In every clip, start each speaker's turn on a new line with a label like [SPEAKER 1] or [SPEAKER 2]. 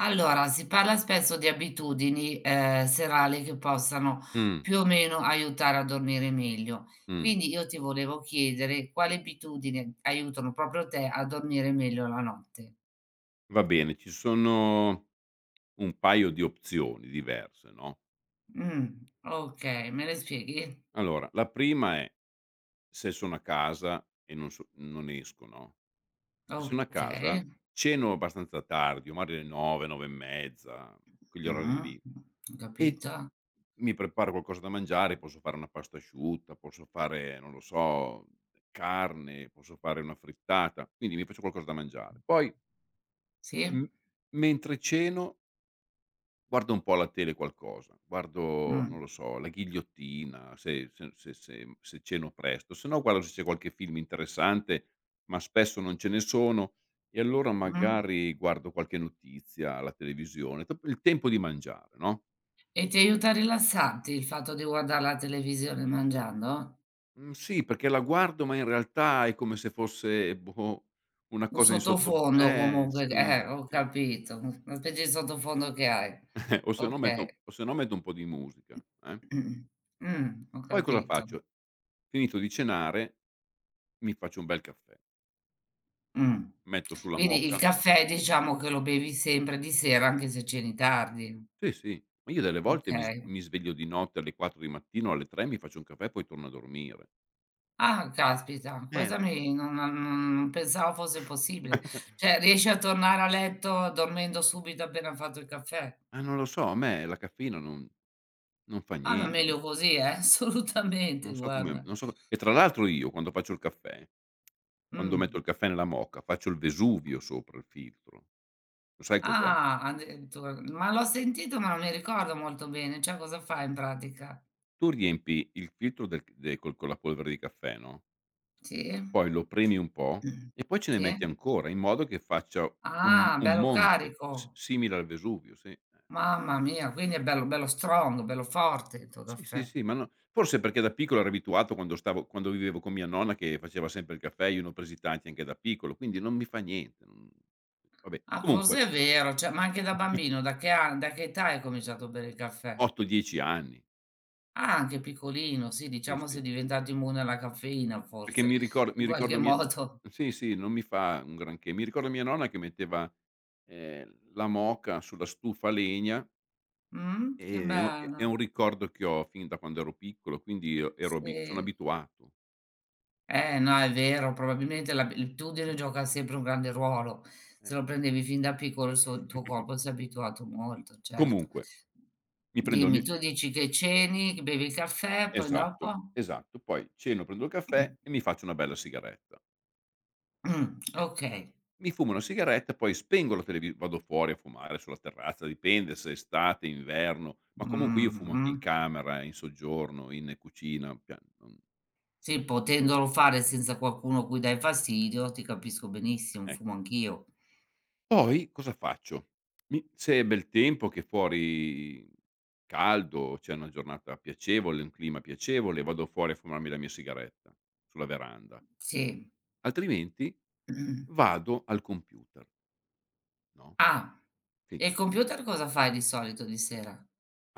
[SPEAKER 1] Allora, si parla spesso di abitudini, serali che possano
[SPEAKER 2] Mh.
[SPEAKER 1] più o meno aiutare a dormire meglio.
[SPEAKER 2] Mh.
[SPEAKER 1] Quindi io ti volevo chiedere quali abitudini aiutano proprio te a dormire meglio la notte.
[SPEAKER 2] Va bene, ci sono un paio di opzioni diverse, no.
[SPEAKER 1] Mh, okay, me le spieghi?
[SPEAKER 2] Allora, la prima è: se sono a casa e non so non esco, no, se sono a casa
[SPEAKER 1] Okay.
[SPEAKER 2] ceno abbastanza tardi, o magari alle 9, 9 e mezza, quegli
[SPEAKER 1] Mh,
[SPEAKER 2] orari lì,
[SPEAKER 1] ho
[SPEAKER 2] e
[SPEAKER 1] capito.
[SPEAKER 2] mi preparo qualcosa da mangiare. Posso fare una pasta asciutta, posso fare, non lo so, carne, posso fare una frittata, quindi mi faccio qualcosa da mangiare. Poi, m
[SPEAKER 1] Sì.
[SPEAKER 2] mentre ceno guardo un po' alla tele qualcosa, guardo,
[SPEAKER 1] Mh,
[SPEAKER 2] non lo so, La Ghigliottina, se ceno presto, se no guardo se c'è qualche film interessante, ma spesso non ce ne sono, e allora
[SPEAKER 1] mh.
[SPEAKER 2] magari guardo qualche notizia alla televisione, dopo il tempo di mangiare, no.
[SPEAKER 1] E ti aiuta a rilassarti il fatto di guardar la televisione mangiando?
[SPEAKER 2] Mhmm, sì, perché la guardo, ma in realtà è come se fosse, boh, una
[SPEAKER 1] Un
[SPEAKER 2] cosa in sotto,
[SPEAKER 1] sottofondo comunque
[SPEAKER 2] sì,
[SPEAKER 1] ho
[SPEAKER 2] sì.
[SPEAKER 1] capito, un una specie di sottofondo che hai.
[SPEAKER 2] O se no metto
[SPEAKER 1] Okay.
[SPEAKER 2] un po' di musica, eh.
[SPEAKER 1] Ho
[SPEAKER 2] Poi cosa
[SPEAKER 1] capito.
[SPEAKER 2] faccio? Finito di cenare, mi faccio un bel caffè.
[SPEAKER 1] Mh.
[SPEAKER 2] Metto sulla
[SPEAKER 1] Quindi il
[SPEAKER 2] moka.
[SPEAKER 1] caffè diciamo che lo bevi sempre di sera anche se ceni tardi.
[SPEAKER 2] Sì, sì, ma io delle volte
[SPEAKER 1] Okay.
[SPEAKER 2] mi sveglio di notte alle 4 di mattino o alle 3, mi faccio un caffè e poi torno a dormire.
[SPEAKER 1] Ah, caspita,
[SPEAKER 2] Eh.
[SPEAKER 1] questa mi non non non non pensavo fosse possibile. Cioè riesci a tornare a letto dormendo subito appena fatto il caffè?
[SPEAKER 2] Ma non lo so, a me la caffeina non fa
[SPEAKER 1] Ah, ma
[SPEAKER 2] niente.
[SPEAKER 1] meglio così assolutamente
[SPEAKER 2] Non so come
[SPEAKER 1] guarda.
[SPEAKER 2] non so, e tra l'altro io quando faccio il caffè, quando metto
[SPEAKER 1] Mh.
[SPEAKER 2] il caffè nella moka, faccio il Vesuvio sopra il filtro. Lo sai cos'è?
[SPEAKER 1] Ah, addirittura. Ma l'ho sentito, ma non mi ricordo molto bene. Cioè, cosa fa in pratica?
[SPEAKER 2] Tu riempi il filtro del c de col con la polvere di caffè, no?
[SPEAKER 1] Sì?
[SPEAKER 2] Poi lo premi un po'
[SPEAKER 1] Mh.
[SPEAKER 2] e poi ce ne
[SPEAKER 1] Sì?
[SPEAKER 2] metti ancora, in modo che faccia un
[SPEAKER 1] Ah,
[SPEAKER 2] un
[SPEAKER 1] bello
[SPEAKER 2] monte s
[SPEAKER 1] carico.
[SPEAKER 2] simile al Vesuvio, sì.
[SPEAKER 1] Mamma mia, quindi è bello bello strong, bello forte il tuo
[SPEAKER 2] Sì, sì,
[SPEAKER 1] caffè.
[SPEAKER 2] sì, ma no, forse perché da piccolo ero abituato, quando stavo quando vivevo con mia nonna che faceva sempre il caffè, io ne ho presi tanti anche da piccolo, quindi non mi fa niente, non vabbè.
[SPEAKER 1] Ah,
[SPEAKER 2] Comunque
[SPEAKER 1] forse è vero, cioè ma anche da bambino, da che età hai cominciato a bere il caffè?
[SPEAKER 2] 8, 10 anni,
[SPEAKER 1] Ah, anche piccolino, sì,
[SPEAKER 2] sì,
[SPEAKER 1] diciamo
[SPEAKER 2] sì,
[SPEAKER 1] sei diventato immune alla caffeina
[SPEAKER 2] perché
[SPEAKER 1] forse,
[SPEAKER 2] mi
[SPEAKER 1] in qualche
[SPEAKER 2] ricordo mia,
[SPEAKER 1] modo.
[SPEAKER 2] sì, sì, non mi fa un granché. Mi ricordo mia nonna che metteva, la moka sulla stufa a legna.
[SPEAKER 1] Mh? Che
[SPEAKER 2] È un
[SPEAKER 1] bello.
[SPEAKER 2] ricordo che ho fin da quando ero piccolo, quindi io ero abi sono
[SPEAKER 1] Sì.
[SPEAKER 2] abituato,
[SPEAKER 1] No, è vero, probabilmente l'abitudine gioca sempre un grande ruolo.
[SPEAKER 2] eh.
[SPEAKER 1] Se lo prendevi fin da piccolo il suo il tuo corpo si è abituato molto, certo.
[SPEAKER 2] Comunque, mi prendo il
[SPEAKER 1] Dimmi,
[SPEAKER 2] mi
[SPEAKER 1] tu dici che ceni, che bevi il caffè, poi
[SPEAKER 2] esatto,
[SPEAKER 1] dopo?
[SPEAKER 2] esatto. Poi ceno, prendo il caffè e mi faccio una bella sigaretta, eh.
[SPEAKER 1] Okay.
[SPEAKER 2] Mi fumo una sigaretta, poi spengo la televi vado fuori a fumare sulla terrazza, dipende se è estate, inverno, ma comunque io fumo anche
[SPEAKER 1] Mh-mh.
[SPEAKER 2] in camera, in soggiorno, in cucina, cioè non
[SPEAKER 1] Sì, potendolo fare senza qualcuno cui dai fastidio, ti capisco benissimo,
[SPEAKER 2] ec
[SPEAKER 1] fumo anch'io.
[SPEAKER 2] Poi cosa faccio? Mi Se è bel tempo che fuori caldo, c'è una giornata piacevole, un clima piacevole, vado fuori a fumarmi la mia sigaretta sulla veranda,
[SPEAKER 1] Sì.
[SPEAKER 2] altrimenti vado al computer, no,
[SPEAKER 1] Ah,
[SPEAKER 2] sì.
[SPEAKER 1] e il computer cosa fai di solito di sera?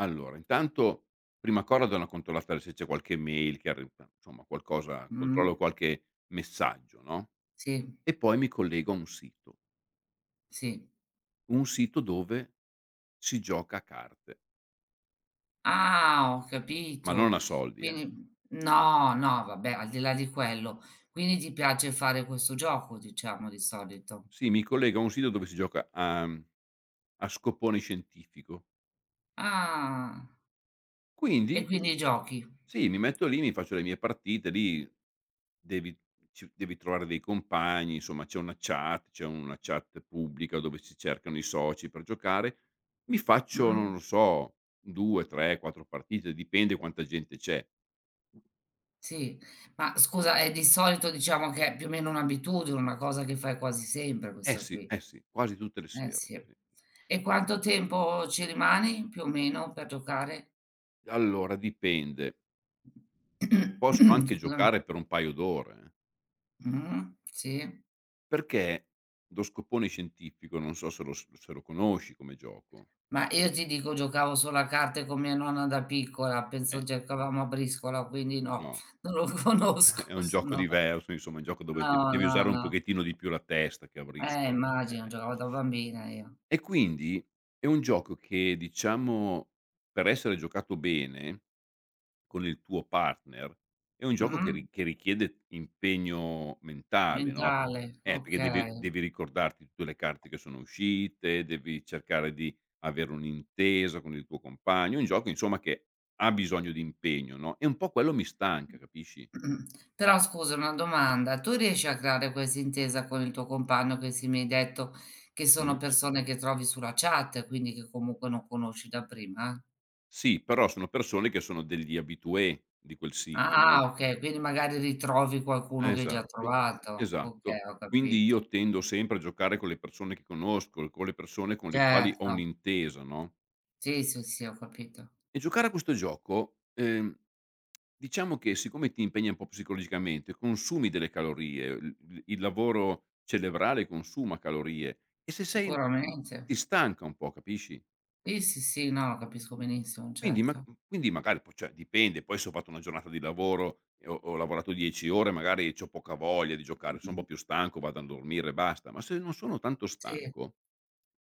[SPEAKER 2] Allora, intanto prima cosa do una controllata se c'è qualche mail che arri insomma qualcosa,
[SPEAKER 1] Mh,
[SPEAKER 2] controllo qualche messaggio, no,
[SPEAKER 1] sì,
[SPEAKER 2] e poi mi collego a
[SPEAKER 1] sì.
[SPEAKER 2] un sito dove si gioca a carte,
[SPEAKER 1] Ah, ho
[SPEAKER 2] ma non
[SPEAKER 1] capito.
[SPEAKER 2] a soldi, eh.
[SPEAKER 1] Quindi no, no, vabbè, al di là di quello. Quindi ti piace fare questo gioco, diciamo, di solito.
[SPEAKER 2] Sì, mi collega a un sito dove si gioca a a scoppone scientifico.
[SPEAKER 1] Ah, e
[SPEAKER 2] Quindi
[SPEAKER 1] quindi giochi?
[SPEAKER 2] sì, mi metto lì, mi faccio le mie partite. Lì devi ci devi trovare dei compagni, insomma c'è una chat pubblica dove si cercano i soci per giocare. Mi faccio,
[SPEAKER 1] Mh?
[SPEAKER 2] non lo so, 2, 3, 4 partite, dipende quanta gente c'è.
[SPEAKER 1] Sì. Ma scusa, è di solito diciamo che è più o meno un'abitudine, una cosa che fai quasi sempre questa
[SPEAKER 2] Sì,
[SPEAKER 1] qui.
[SPEAKER 2] eh sì, quasi tutte le sere,
[SPEAKER 1] Sì.
[SPEAKER 2] sì.
[SPEAKER 1] E quanto tempo ci rimani più o meno per giocare?
[SPEAKER 2] Allora dipende. Posso anche
[SPEAKER 1] Scusami.
[SPEAKER 2] giocare per un paio d'ore, eh.
[SPEAKER 1] Mh-mh, sì.
[SPEAKER 2] Perché lo scoppone scientifico, non so se lo conosci come gioco.
[SPEAKER 1] Ma io ti dico, giocavo solo a carte con mia nonna da piccola, penso
[SPEAKER 2] Eh,
[SPEAKER 1] giocavamo a briscola, quindi no,
[SPEAKER 2] no,
[SPEAKER 1] non lo
[SPEAKER 2] è
[SPEAKER 1] conosco,
[SPEAKER 2] un
[SPEAKER 1] s
[SPEAKER 2] gioco
[SPEAKER 1] no,
[SPEAKER 2] diverso, insomma, è un gioco dove
[SPEAKER 1] no,
[SPEAKER 2] devi
[SPEAKER 1] no,
[SPEAKER 2] usare un
[SPEAKER 1] no.
[SPEAKER 2] pochettino di più la testa che a briscola.
[SPEAKER 1] Immagino,
[SPEAKER 2] Eh.
[SPEAKER 1] giocavo da bambina io.
[SPEAKER 2] E quindi è un gioco che, diciamo, per essere giocato bene con il tuo partner, è un gioco
[SPEAKER 1] Mh?
[SPEAKER 2] che richiede impegno mentale, no,
[SPEAKER 1] Mentale,
[SPEAKER 2] perché
[SPEAKER 1] okay.
[SPEAKER 2] devi ricordarti tutte le carte che sono uscite, devi cercare di avere un'intesa con il tuo compagno, è un gioco insomma che ha bisogno di impegno, no, e un po' quello mi stanca, capisci?
[SPEAKER 1] Mm. Però scusa, una domanda, tu riesci a creare questa intesa con il tuo compagno che sì mi hai detto che sono
[SPEAKER 2] Mh.
[SPEAKER 1] persone che trovi sulla chat, quindi che comunque non conosci da prima? Eh?
[SPEAKER 2] Sì, però sono persone che sono degli habitué di quel sito,
[SPEAKER 1] Ah,
[SPEAKER 2] no?
[SPEAKER 1] okay, quindi magari ritrovi qualcuno che hai già
[SPEAKER 2] Esatto,
[SPEAKER 1] trovato.
[SPEAKER 2] esatto.
[SPEAKER 1] Okay, ho
[SPEAKER 2] Quindi
[SPEAKER 1] capito.
[SPEAKER 2] io tendo sempre a giocare con le persone che conosco, con le persone con le quali ho
[SPEAKER 1] Certo.
[SPEAKER 2] un'intesa, no?
[SPEAKER 1] Sì, sì, sì, ho capito.
[SPEAKER 2] E giocare a questo gioco, diciamo che siccome ti impegna un po' psicologicamente, consumi delle calorie, il lavoro cerebrale consuma calorie, e se sei ti
[SPEAKER 1] Sicuramente.
[SPEAKER 2] stanca un po', capisci?
[SPEAKER 1] Sì, sì, sì, no, lo capisco benissimo,
[SPEAKER 2] Quindi ma
[SPEAKER 1] certo.
[SPEAKER 2] quindi magari poi cioè dipende, poi se ho fatto una giornata di lavoro e ho lavorato 10 ore, magari c'ho poca voglia di giocare, son un po'
[SPEAKER 1] Mh-mh.
[SPEAKER 2] più stanco, vado a dormire e basta, ma se non sono tanto
[SPEAKER 1] Sì,
[SPEAKER 2] stanco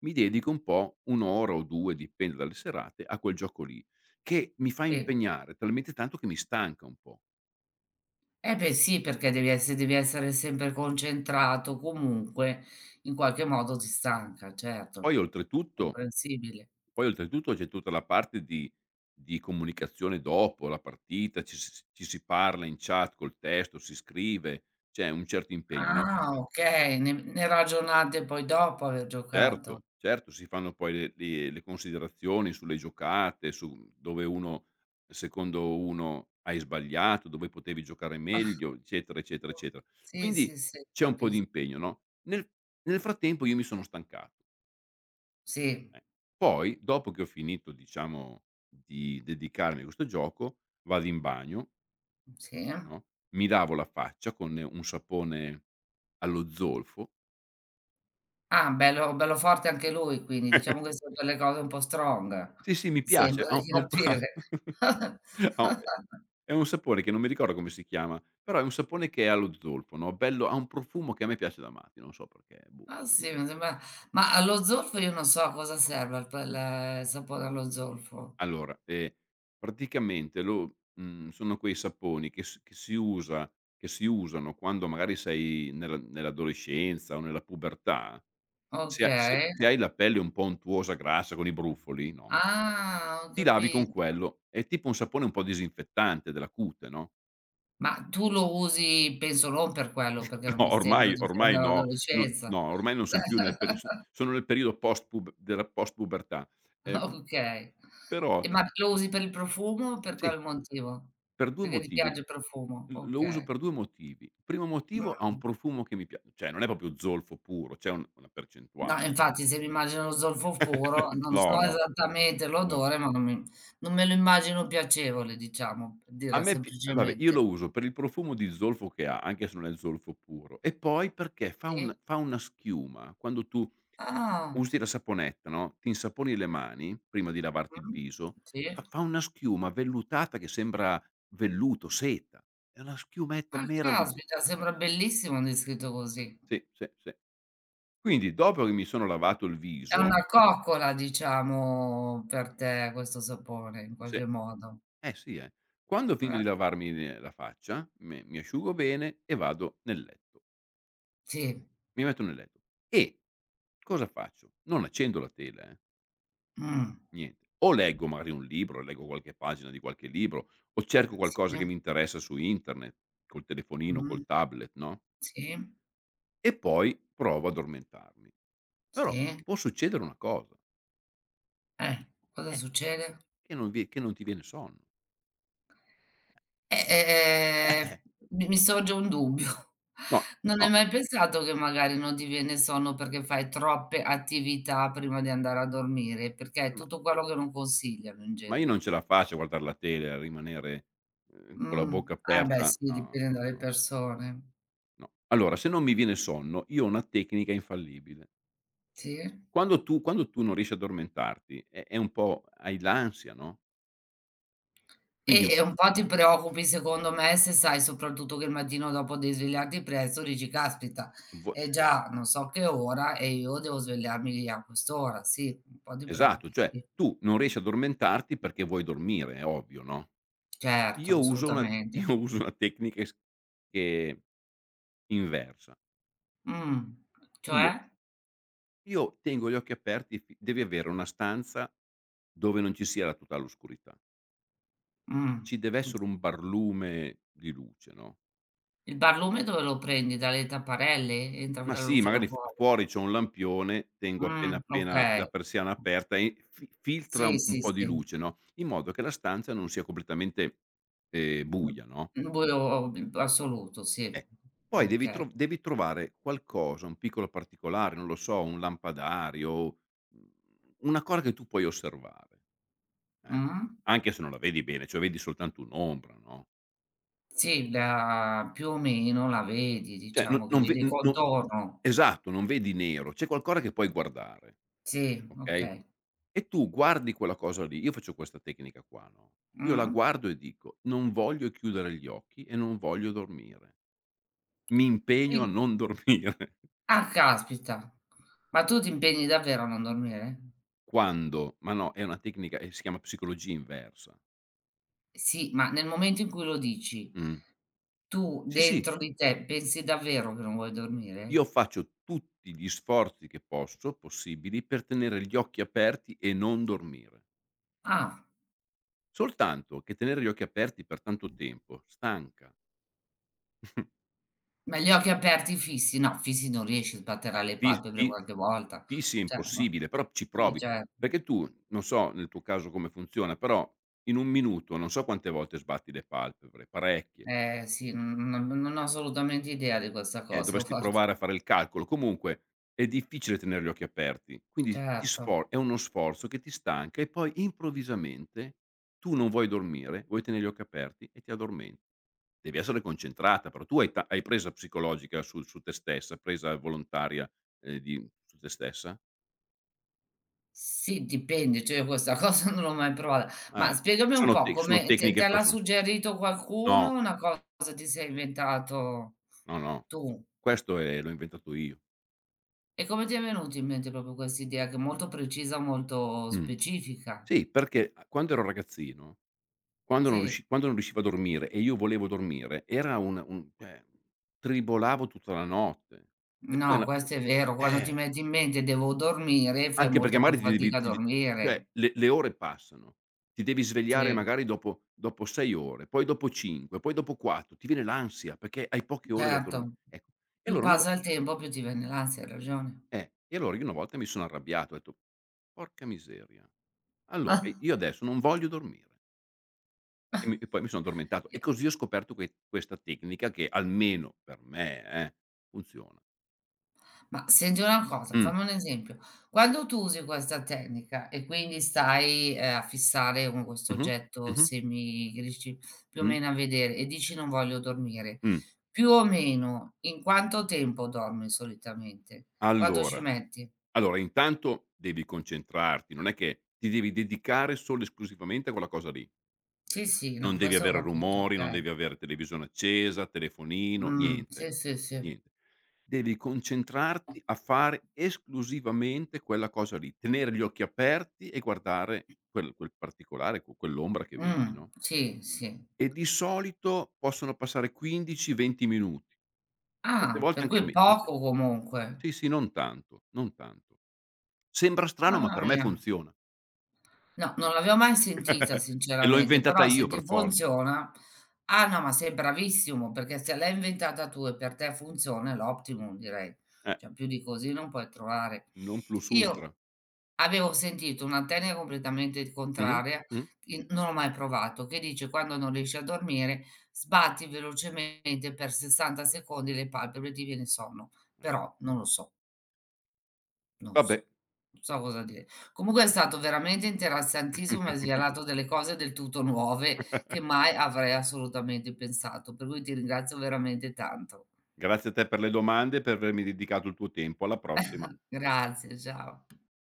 [SPEAKER 2] mi dedico un po', 1 ora o 2, dipende dalle serate, a quel gioco lì, che mi fa
[SPEAKER 1] sì.
[SPEAKER 2] impegnare talmente tanto che mi stanca un po'.
[SPEAKER 1] Eh beh sì, perché devi essere sempre concentrato, comunque in qualche modo ti stanca,
[SPEAKER 2] Poi
[SPEAKER 1] certo.
[SPEAKER 2] oltretutto
[SPEAKER 1] Comprensibile.
[SPEAKER 2] Poi oltretutto c'è tutta la parte di comunicazione dopo la partita, ci si parla in chat col testo, si scrive, c'è un certo impegno, no?
[SPEAKER 1] Ah, okay, ne ragionate poi dopo aver giocato.
[SPEAKER 2] Certo, certo, si fanno poi le considerazioni sulle giocate, su dove uno secondo uno hai sbagliato, dove potevi giocare meglio, eccetera, eccetera, eccetera.
[SPEAKER 1] Sì, sì,
[SPEAKER 2] Quindi
[SPEAKER 1] sì,
[SPEAKER 2] c'è un po' di
[SPEAKER 1] capisco.
[SPEAKER 2] impegno, no, nel frattempo io mi sono stancato,
[SPEAKER 1] Sì.
[SPEAKER 2] eh. Poi dopo che ho finito, diciamo, di dedicarmi a questo gioco, vado in bagno,
[SPEAKER 1] Sì.
[SPEAKER 2] no, mi lavo la faccia con un sapone allo zolfo.
[SPEAKER 1] Ah, bello bello forte anche lui quindi, diciamo che son delle cose un po' strong,
[SPEAKER 2] Sì, sì, mi piace,
[SPEAKER 1] sembra di
[SPEAKER 2] ha un pa
[SPEAKER 1] capire.
[SPEAKER 2] ha un- È un sapone che non mi ricordo come si chiama, però è un sapone che è allo zolfo, no, bello, ha un profumo che a me piace da matti, non so perché, boh.
[SPEAKER 1] Ah sì, mi sembra ma allo zolfo io non so a cosa serva per il sapone allo zolfo.
[SPEAKER 2] Allora, praticamente lo sono quei saponi che si usano quando magari sei nella nell'adolescenza o nella pubertà, se ha se
[SPEAKER 1] Okay.
[SPEAKER 2] se hai la pelle un po' untuosa, grassa, con i brufoli, no,
[SPEAKER 1] Ah, ho
[SPEAKER 2] ti lavi con
[SPEAKER 1] capito.
[SPEAKER 2] quello. È tipo un sapone un po' disinfettante della cute, no?
[SPEAKER 1] Ma tu lo usi penso non per quello, perché non
[SPEAKER 2] No,
[SPEAKER 1] mi sembra tu sia
[SPEAKER 2] ormai no. No,
[SPEAKER 1] nell'adolescenza.
[SPEAKER 2] no, ormai non son più nel peri son sono nel periodo post pub della post pubertà. Ehm,
[SPEAKER 1] Okay.
[SPEAKER 2] però
[SPEAKER 1] E ma lo usi per il profumo o per quale
[SPEAKER 2] sì,
[SPEAKER 1] motivo?
[SPEAKER 2] per 2
[SPEAKER 1] Perché ti
[SPEAKER 2] motivi.
[SPEAKER 1] piace il profumo,
[SPEAKER 2] L Lo uso
[SPEAKER 1] okay.
[SPEAKER 2] per 2 motivi. Primo motivo, ha un
[SPEAKER 1] Mh.
[SPEAKER 2] profumo che mi pia cioè non è proprio zolfo puro, c'è un una
[SPEAKER 1] No,
[SPEAKER 2] percentuale.
[SPEAKER 1] infatti se mi immagino lo zolfo puro, non
[SPEAKER 2] No,
[SPEAKER 1] so
[SPEAKER 2] no,
[SPEAKER 1] esattamente
[SPEAKER 2] no.
[SPEAKER 1] l'odore, ma non me lo immagino piacevole, diciamo, per
[SPEAKER 2] A
[SPEAKER 1] dirla
[SPEAKER 2] me pi vabbè, io
[SPEAKER 1] semplicemente.
[SPEAKER 2] lo uso per il profumo di zolfo che ha, anche se non è zolfo puro, e poi perché
[SPEAKER 1] Sì?
[SPEAKER 2] fa una schiuma quando tu
[SPEAKER 1] Ah.
[SPEAKER 2] usi la saponetta, no, ti insaponi le mani prima di lavarti il
[SPEAKER 1] Mh.
[SPEAKER 2] viso,
[SPEAKER 1] Sì.
[SPEAKER 2] fa una schiuma vellutata che sembra velluto, seta. È una schiumetta
[SPEAKER 1] Ah,
[SPEAKER 2] meraviglio
[SPEAKER 1] caspita, sembra bellissimo descritto così.
[SPEAKER 2] sì, sì, sì. Quindi dopo che mi sono lavato il
[SPEAKER 1] È
[SPEAKER 2] viso,
[SPEAKER 1] una coccola, diciamo, per te questo sapore in
[SPEAKER 2] sì,
[SPEAKER 1] qualche
[SPEAKER 2] eh
[SPEAKER 1] modo.
[SPEAKER 2] sì, quando ho finito di
[SPEAKER 1] Eh,
[SPEAKER 2] lavarmi le la faccia, me mi asciugo bene e vado nel letto.
[SPEAKER 1] sì.
[SPEAKER 2] Mi metto nel letto e cosa faccio? Non accendo la tela, eh.
[SPEAKER 1] Mh.
[SPEAKER 2] Niente. O leggo magari un libro, leggo qualche pagina di qualche libro, o cerco
[SPEAKER 1] Sì,
[SPEAKER 2] qualcosa che mi interessa su internet, col telefonino,
[SPEAKER 1] mh-mh,
[SPEAKER 2] col tablet, no,
[SPEAKER 1] sì,
[SPEAKER 2] e poi provo ad addormentarmi. Però
[SPEAKER 1] sì.
[SPEAKER 2] può succedere una cosa.
[SPEAKER 1] Eh, cosa
[SPEAKER 2] Eh.
[SPEAKER 1] succede?
[SPEAKER 2] Che non ti viene sonno.
[SPEAKER 1] Eh,
[SPEAKER 2] Eh.
[SPEAKER 1] ehm, mi sorge un dubbio.
[SPEAKER 2] No,
[SPEAKER 1] Non hai
[SPEAKER 2] no,
[SPEAKER 1] mai pensato che magari non ti viene sonno perché fai troppe attività prima di andare a dormire? Perché è
[SPEAKER 2] ma
[SPEAKER 1] tutto quello che non consigliano in
[SPEAKER 2] ma io non ce
[SPEAKER 1] genere.
[SPEAKER 2] la faccio a guardar la tele, a rimanere, con la
[SPEAKER 1] Mh,
[SPEAKER 2] bocca
[SPEAKER 1] eh beh
[SPEAKER 2] aperta.
[SPEAKER 1] sì,
[SPEAKER 2] No,
[SPEAKER 1] dipende
[SPEAKER 2] no,
[SPEAKER 1] dalle
[SPEAKER 2] no, no,
[SPEAKER 1] persone.
[SPEAKER 2] no. Allora, se non mi viene sonno, io ho una tecnica infallibile.
[SPEAKER 1] Sì?
[SPEAKER 2] Quando tu non riesci ad addormentarti è un po' hai l'ansia, no? Quindi
[SPEAKER 1] E un po' ti preoccupi secondo me se sai soprattutto che il mattino dopo devi svegliarti presto, dici: "Caspita,
[SPEAKER 2] vuo
[SPEAKER 1] è già non so che ora e io devo svegliarmi a quest'ora." Sì, un po' ti
[SPEAKER 2] esatto,
[SPEAKER 1] preoccupi,
[SPEAKER 2] cioè
[SPEAKER 1] sì.
[SPEAKER 2] tu non riesci ad addormentarti perché vuoi dormire, è ovvio, no,
[SPEAKER 1] Certo,
[SPEAKER 2] io uso una
[SPEAKER 1] assolutamente.
[SPEAKER 2] io uso una tecnica es che inversa.
[SPEAKER 1] Mh. Cioè?
[SPEAKER 2] Io io tengo gli occhi aperti fi devi avere una stanza dove non ci sia la totale oscurità.
[SPEAKER 1] Mh.
[SPEAKER 2] Ci deve
[SPEAKER 1] Qui
[SPEAKER 2] essere un barlume di luce, no,
[SPEAKER 1] il barlume dove lo prendi? Dalle tapparelle? Entra
[SPEAKER 2] ma
[SPEAKER 1] dalla
[SPEAKER 2] sì,
[SPEAKER 1] luce da
[SPEAKER 2] magari f
[SPEAKER 1] fuori?
[SPEAKER 2] fuori c'ho un lampione, tengo appena appena
[SPEAKER 1] Okay.
[SPEAKER 2] la persiana aperta e fi filtra
[SPEAKER 1] Sì,
[SPEAKER 2] un
[SPEAKER 1] sì,
[SPEAKER 2] po' di
[SPEAKER 1] sì.
[SPEAKER 2] luce, no, in modo che la stanza non sia completamente,
[SPEAKER 1] Mh.
[SPEAKER 2] buia, no?
[SPEAKER 1] Un buio assoluto, sì.
[SPEAKER 2] Eh, poi
[SPEAKER 1] Okay.
[SPEAKER 2] devi trovare qualcosa, un piccolo particolare, non lo so, un lampadario, mhmm, una cosa che tu puoi osservare, eh,
[SPEAKER 1] Mh.
[SPEAKER 2] anche se non la vedi bene, cioè vedi soltanto un'ombra, no,
[SPEAKER 1] Sì, la più o meno la vedi,
[SPEAKER 2] cioè no
[SPEAKER 1] diciamo che
[SPEAKER 2] non ve
[SPEAKER 1] vedi il
[SPEAKER 2] n no
[SPEAKER 1] contorno.
[SPEAKER 2] esatto, non vedi nero, c'è qualcosa che puoi guardare,
[SPEAKER 1] Sì,
[SPEAKER 2] okay,
[SPEAKER 1] okay.
[SPEAKER 2] e tu guardi quella cosa lì. Io faccio questa tecnica qua, no, io la
[SPEAKER 1] Mh-mh.
[SPEAKER 2] guardo e dico: "Non voglio chiudere gli occhi e non voglio dormire. Mi impegno a
[SPEAKER 1] Quindi
[SPEAKER 2] non dormire."
[SPEAKER 1] ah caspita, ma tu ti impegni davvero a non dormire?
[SPEAKER 2] Quando ma no, è una tecnica e si chiama psicologia inversa.
[SPEAKER 1] Sì, ma nel momento in cui lo dici,
[SPEAKER 2] Mh.
[SPEAKER 1] tu
[SPEAKER 2] Sì, sì,
[SPEAKER 1] dentro di te pensi davvero che non vuoi
[SPEAKER 2] io
[SPEAKER 1] dormire?
[SPEAKER 2] faccio tutti gli sforzi che posso possibili per tenere gli occhi aperti e non dormire.
[SPEAKER 1] Ah,
[SPEAKER 2] Soltanto che tenere gli occhi aperti per tanto tempo stanca.
[SPEAKER 1] ma gli occhi aperti fissi? No, fissi non riesci, sbatterai
[SPEAKER 2] Eh.
[SPEAKER 1] le
[SPEAKER 2] Fi
[SPEAKER 1] palpebre
[SPEAKER 2] fi
[SPEAKER 1] qualche volta.
[SPEAKER 2] Fissi è
[SPEAKER 1] Cioè, ma
[SPEAKER 2] impossibile, però ci
[SPEAKER 1] sì,
[SPEAKER 2] provi,
[SPEAKER 1] certo.
[SPEAKER 2] perché tu non so nel tuo caso come funziona, però in 1 minuto non so quante volte sbatti le palpebre, parecchie.
[SPEAKER 1] Eh sì, non ho assolutamente idea di questa cosa,
[SPEAKER 2] Dovresti
[SPEAKER 1] guarda.
[SPEAKER 2] provare a fare il calcolo. Comunque è difficile tenere gli occhi aperti, quindi ti
[SPEAKER 1] Certo.
[SPEAKER 2] sfor è uno sforzo che ti stanca e poi improvvisamente tu non vuoi dormire, vuoi tenere gli occhi aperti e ti addormenti. Devi essere concentrata, però tu hai ta hai presa psicologica su te stessa, presa volontaria, di su te stessa?
[SPEAKER 1] Sì, dipende, cioè io questa cosa non l'ho mai provata. Ma
[SPEAKER 2] Eh,
[SPEAKER 1] spiegami un po'
[SPEAKER 2] sono
[SPEAKER 1] come te
[SPEAKER 2] tecniche
[SPEAKER 1] te l'ha
[SPEAKER 2] person,
[SPEAKER 1] suggerito qualcuno o
[SPEAKER 2] no,
[SPEAKER 1] una cosa ti sei inventato
[SPEAKER 2] no, no,
[SPEAKER 1] tu?
[SPEAKER 2] questo è l'ho inventato io.
[SPEAKER 1] E come ti è venuta in mente proprio questa idea che è molto precisa, molto
[SPEAKER 2] Mh.
[SPEAKER 1] specifica?
[SPEAKER 2] Sì, perché a quando ero ragazzino,
[SPEAKER 1] Sì.
[SPEAKER 2] quando non riuscivo a dormire e io volevo dormire, era un, cioè, tribolavo tutta la notte. E poi
[SPEAKER 1] No,
[SPEAKER 2] la,
[SPEAKER 1] questo è vero, quando ti
[SPEAKER 2] eh,
[SPEAKER 1] metti in mente: "Devo dormire", fai
[SPEAKER 2] anche perché
[SPEAKER 1] molta più
[SPEAKER 2] magari ti devi
[SPEAKER 1] fatica a
[SPEAKER 2] ti de cioè
[SPEAKER 1] dormire.
[SPEAKER 2] le ore passano, ti devi svegliare
[SPEAKER 1] Sì,
[SPEAKER 2] magari dopo 6 ore, poi dopo 5, poi dopo 4, ti viene l'ansia perché hai poche ore da dormi,
[SPEAKER 1] certo.
[SPEAKER 2] ecco. E
[SPEAKER 1] Più
[SPEAKER 2] allora una vo
[SPEAKER 1] passa il tempo più ti viene l'ansia, hai ragione.
[SPEAKER 2] eh, e allora io una volta mi sono arrabbiato, ho detto: "Porca miseria, allora io adesso non voglio dormire." E poi mi sono addormentato e così ho scoperto questa tecnica che, almeno per me, funziona.
[SPEAKER 1] Ma senti una cosa,
[SPEAKER 2] Mh.
[SPEAKER 1] fammi un esempio. Quando tu usi questa tecnica e quindi stai, a fissare con questo
[SPEAKER 2] Mh-mh.
[SPEAKER 1] oggetto
[SPEAKER 2] Mh-mh.
[SPEAKER 1] semi che riesci più o
[SPEAKER 2] Mh.
[SPEAKER 1] meno a vedere e dici: "Non voglio dormire",
[SPEAKER 2] Mh.
[SPEAKER 1] più o meno in quanto tempo dormi solitamente? Quanto ci
[SPEAKER 2] Allora
[SPEAKER 1] metti?
[SPEAKER 2] allora, intanto devi concentrarti, non è che ti devi dedicare solo e esclusivamente a quella cosa lì.
[SPEAKER 1] Sì, sì,
[SPEAKER 2] Non
[SPEAKER 1] no,
[SPEAKER 2] devi
[SPEAKER 1] questo ho
[SPEAKER 2] avere
[SPEAKER 1] capito,
[SPEAKER 2] rumori, non
[SPEAKER 1] okay.
[SPEAKER 2] devi avere televisione accesa, telefonino, niente,
[SPEAKER 1] Sì, sì, sì.
[SPEAKER 2] niente. Devi concentrarti a fare esclusivamente quella cosa lì, tenere gli occhi aperti e guardare quel particolare, quell'ombra che vedi, no?
[SPEAKER 1] Sì, sì.
[SPEAKER 2] E di solito possono passare 15, 20 minuti, certe
[SPEAKER 1] Ah,
[SPEAKER 2] volte
[SPEAKER 1] per
[SPEAKER 2] anche
[SPEAKER 1] cui
[SPEAKER 2] me certe,
[SPEAKER 1] poco comunque.
[SPEAKER 2] sì, sì, non tanto, non tanto. Sembra strano, ma
[SPEAKER 1] Mamma
[SPEAKER 2] per me
[SPEAKER 1] mia.
[SPEAKER 2] funziona.
[SPEAKER 1] No, non l'avevo mai sentita
[SPEAKER 2] E l'ho
[SPEAKER 1] sinceramente,
[SPEAKER 2] inventata
[SPEAKER 1] però se
[SPEAKER 2] io
[SPEAKER 1] ti
[SPEAKER 2] per forza.
[SPEAKER 1] funziona ah, no, ma sei bravissimo, perché se l'hai inventata tu e per te funziona è l'optimum direi,
[SPEAKER 2] Eh,
[SPEAKER 1] cioè più di così non puoi trovare.
[SPEAKER 2] non plus ultra.
[SPEAKER 1] Io avevo sentito una tesi completamente
[SPEAKER 2] Mh-mh,
[SPEAKER 1] contraria,
[SPEAKER 2] mh.
[SPEAKER 1] in non l'ho mai provato, che dice: "Quando non riesci a dormire, sbatti velocemente per 60 secondi le palpebre e ti viene sonno",
[SPEAKER 2] Eh,
[SPEAKER 1] però non lo so. Non so,
[SPEAKER 2] vabbè.
[SPEAKER 1] non so cosa dire. Comunque è stato veramente interessantissimo, mi hai svelato delle cose del tutto nuove che mai avrei assolutamente pensato, per cui ti ringrazio veramente tanto.
[SPEAKER 2] Grazie a te per le domande e per avermi dedicato il tuo tempo. Alla prossima.
[SPEAKER 1] Grazie, ciao.